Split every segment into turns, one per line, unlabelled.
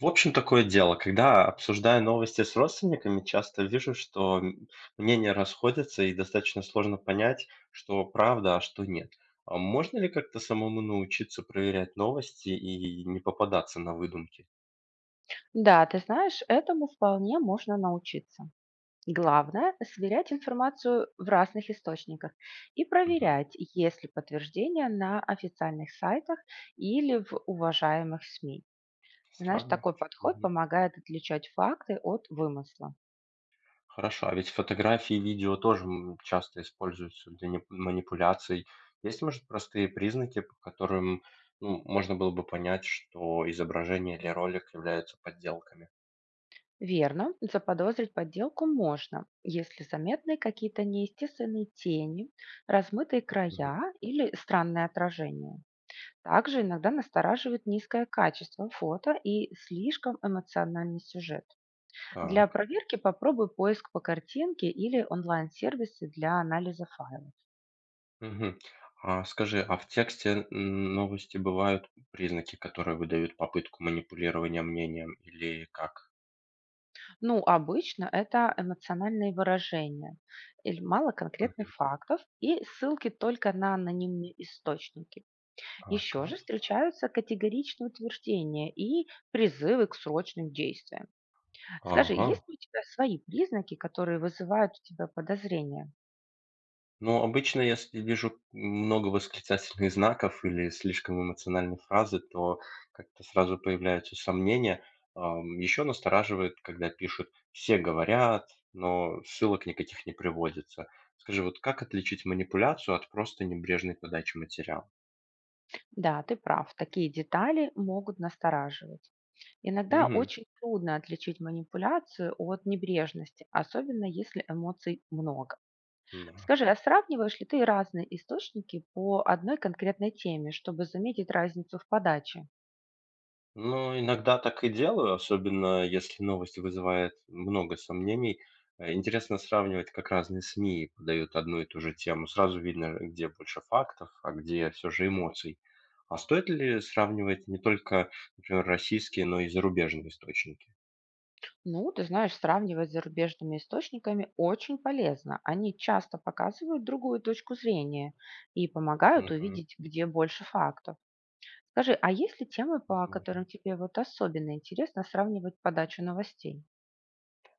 В общем, такое дело, когда обсуждаю новости с родственниками, часто вижу, что мнения расходятся, и достаточно сложно понять, что правда, а что нет. А можно ли как-то самому научиться проверять новости и не попадаться на выдумки?
Да, ты знаешь, этому вполне можно научиться. Главное — сверять информацию в разных источниках и
Мгм.
проверять, есть ли подтверждение на официальных сайтах или в уважаемых СМИ. Знаешь, такой
Сравнивать.
подход
Мгм.
помогает отличать факты от вымысла.
Хорошо, а ведь фотографии и видео тоже часто используются для манипуляций. Есть, может, простые признаки, по которым ну, можно было бы понять, что изображение или ролик являются подделками?
Верно, заподозрить подделку можно, если заметны какие-то неестественные тени, размытые края или странное отражение. Также иногда настораживает низкое качество фото и слишком эмоциональный сюжет. Для
Так.
проверки попробуй поиск по картинке или онлайн-сервисы для анализа файлов.
Мгм. А скажи, а в тексте н новости бывают признаки, которые выдают попытку манипулирования мнением, или как?
Ну, обычно это эмоциональные выражения, или мало конкретных
Мгм.
фактов и ссылки только на анонимные источники.
А,
Еще же
так.
встречаются категоричные утверждения и призывы к срочным действиям. Скажи,
Ага.
есть ли у тебя свои признаки, которые вызывают у тебя подозрения?
Ну, обычно, если вижу много восклицательных знаков или слишком эмоциональной фразы, то как-то сразу появляются сомнения. Еще настораживает, когда пишут "все говорят", но ссылок никаких не приводится. Скажи, вот как отличить манипуляцию от просто небрежной подачи материала?
Да, ты прав, такие детали могут настораживать. Иногда
Мгм.
очень трудно отличить манипуляцию от небрежности, особенно если эмоций много.
Да.
Скажи, а сравниваешь ли ты разные источники по одной конкретной теме, чтобы заметить разницу в подаче?
Ну, иногда так и делаю, особенно если новость вызывает много сомнений. Интересно сравнивать, как разные СМИ подают одну и ту же тему. Сразу видно, где больше фактов, а где все же эмоций. А стоит ли сравнивать не только, например, российские, но и зарубежные источники?
Ну, ты знаешь, сравнивать с зарубежными источниками очень полезно. Они часто показывают другую точку зрения и помогают
Мгм.
увидеть, где больше фактов. Скажи, а есть ли темы, по
Возможно.
которым тебе вот особенно интересно сравнивать подачу новостей?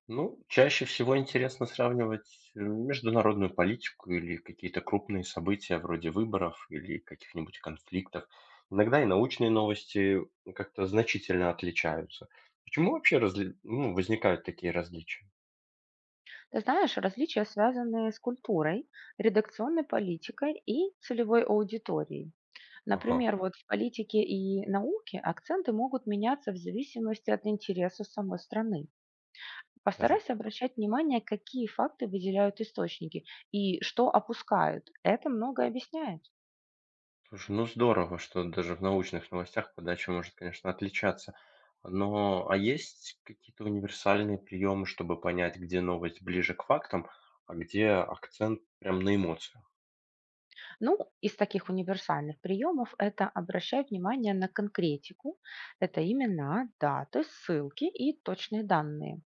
Ну, чаще всего интересно сравнивать, международную политику или какие-то крупные события вроде выборов или каких-нибудь конфликтов. Иногда и научные новости как-то значительно отличаются. Почему вообще разли ну, возникают такие различия?
Ты знаешь, различия связаны с культурой, редакционной политикой и целевой аудиторией.
Ага,
Например, вот в политике и науке акценты могут меняться в зависимости от интереса самой страны.
даже
Постарайся
так.
обращать внимание, какие факты выделяют источники и что опускают. Это многое объясняет.
Слушай, ну здорово, что даже в научных новостях подача может, конечно, отличаться. Но, а есть какие-то универсальные приемы, чтобы понять, где новость ближе к фактам, а где акцент прям на эмоциях?
Ну, из таких универсальных приемов это обращай внимание на конкретику, это имена, даты, ссылки и точные данные.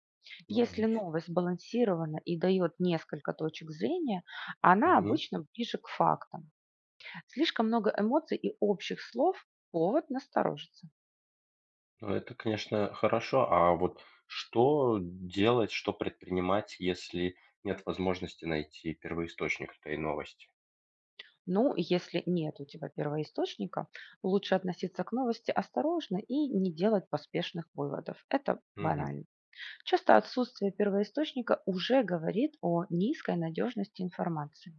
Ну,
Если
логично.
новость балансирована и дает несколько точек зрения, она
Мгм.
обычно ближе к фактам. Слишком много эмоций и общих слов — повод насторожиться.
Ну, это, конечно, хорошо. А вот что делать, что предпринимать, если нет возможности найти первоисточник этой новости?
Ну, если нет у тебя первоисточника, лучше относиться к новости осторожно и не делать поспешных выводов. Это
Мгм.
банально. Часто отсутствие первоисточника уже говорит о низкой надежности информации.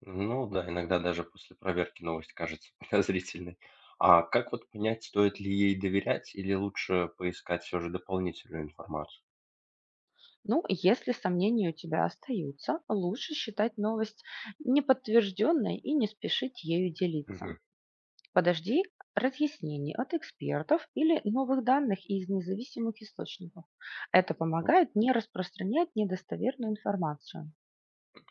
Ну да, иногда даже после проверки новость кажется подозрительной. А как вот понять, стоит ли ей доверять или лучше поискать все же дополнительную информацию?
Ну, если сомнения у тебя остаются, лучше считать новость неподтвержденной и не спешить ею делиться.
Мгм.
Подожди разъяснений от экспертов или новых данных из независимых источников. Это
Ну,
помогает не распространять недостоверную информацию.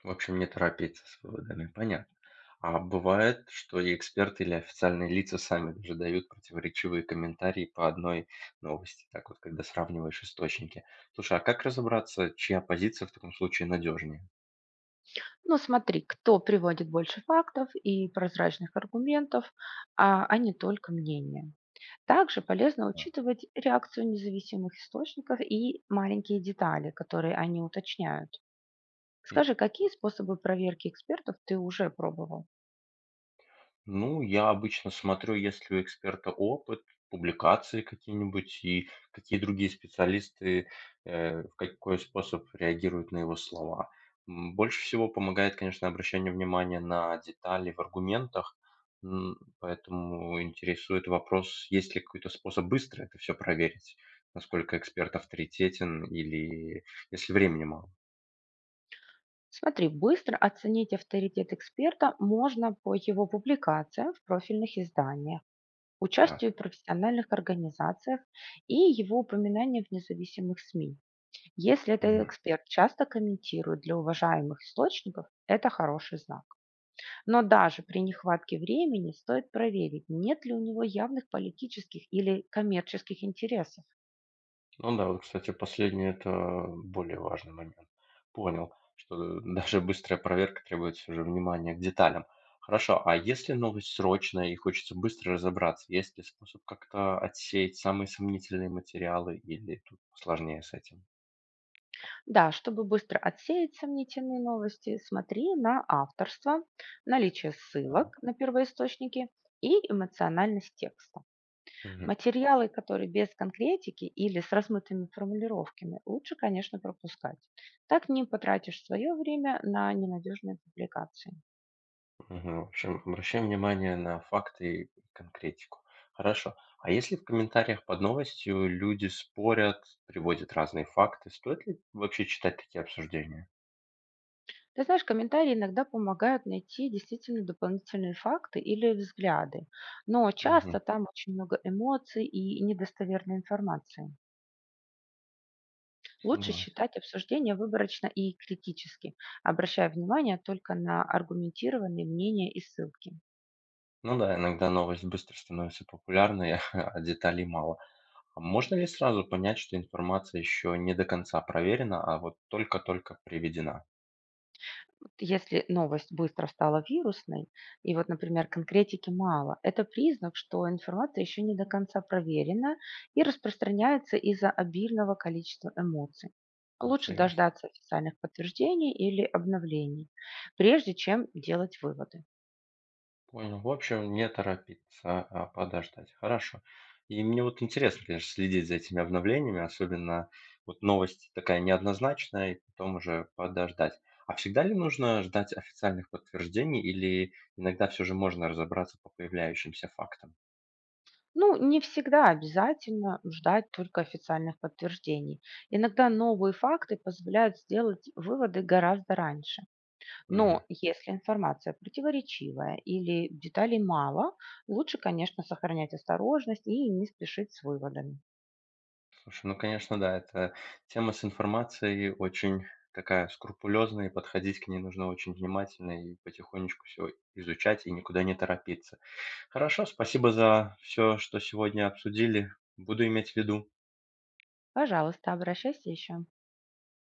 в общем, не торопиться с выводами. Понятно. А бывает, что и эксперты или официальные лица сами даже дают противоречивые комментарии по одной новости, так вот, когда сравниваешь источники. Слушай, а как разобраться, чья позиция в таком случае надежнее?
Ну, смотри, кто приводит больше фактов и прозрачных аргументов, а не только мнения. Также полезно
А.
учитывать реакцию независимых источников и маленькие детали, которые они уточняют. Скажи, какие способы проверки экспертов ты уже пробовал?
Ну, я обычно смотрю, есть ли у эксперта опыт, публикации какие-нибудь, и какие другие специалисты, в какой способ реагируют на его слова. Больше всего помогает, конечно, обращение внимания на детали в аргументах, поэтому интересует вопрос, есть ли какой-то способ быстро это все проверить, насколько эксперт авторитетен, или если времени мало.
Смотри, быстро оценить авторитет эксперта можно по его публикациям в профильных изданиях, участию
Так.
в профессиональных организациях и его упоминанию в независимых СМИ. Если этот эксперт часто комментирует для уважаемых источников, это хороший знак. Но даже при нехватке времени стоит проверить, нет ли у него явных политических или коммерческих интересов.
Ну да, вот, кстати, последний это более важный момент. Понял, что даже быстрая проверка требует всё же внимания к деталям. Хорошо, а если новость срочная и хочется быстро разобраться, есть ли способ как-то отсеять самые сомнительные материалы, или тут сложнее с этим?
Да, чтобы быстро отсеять сомнительные новости, смотри на авторство, наличие ссылок
Так.
на первоисточники и эмоциональность текста.
Мгм,
Материалы, которые без конкретики или с размытыми формулировками, лучше, конечно, пропускать. Так не потратишь свое время на ненадежные публикации.
мгм. В общем, обращаем внимание на факты и конкретику. Хорошо. А если в комментариях под новостью люди спорят, приводят разные факты, стоит ли вообще читать такие обсуждения?
Ты знаешь, комментарии иногда помогают найти действительно дополнительные факты или взгляды, но часто
Мгм.
там очень много эмоций и недостоверной информации. Лучше
Согласен.
считать обсуждение выборочно и критически, обращая внимание только на аргументированные мнения и ссылки.
Ну да, иногда новость быстро становится популярной, а деталей мало. А можно ли сразу понять, что информация еще не до конца проверена, а вот только-только приведена?
Если новость быстро стала вирусной, и вот, например, конкретики мало, это признак, что информация еще не до конца проверена и распространяется из-за обильного количества эмоций. Лучше
Интересно.
дождаться официальных подтверждений или обновлений, прежде чем делать выводы.
Понял. В общем, не торопиться, а подождать. Хорошо. И мне вот интересно, конечно, следить за этими обновлениями, особенно вот новость такая неоднозначная, и потом уже подождать. А всегда ли нужно ждать официальных подтверждений, или иногда все же можно разобраться по появляющимся фактам?
Ну, не всегда обязательно ждать только официальных подтверждений. Иногда новые факты позволяют сделать выводы гораздо раньше.
Мгм.
Но если информация противоречивая или деталей мало, лучше, конечно, сохранять осторожность и не спешить с выводами.
Слушай, ну, конечно, да, эта тема с информацией очень такая скрупулезная, и подходить к ней нужно очень внимательно и потихонечку все изучать и никуда не торопиться. Хорошо, спасибо за все, что сегодня обсудили. Буду иметь в виду.
Пожалуйста, обращайся еще.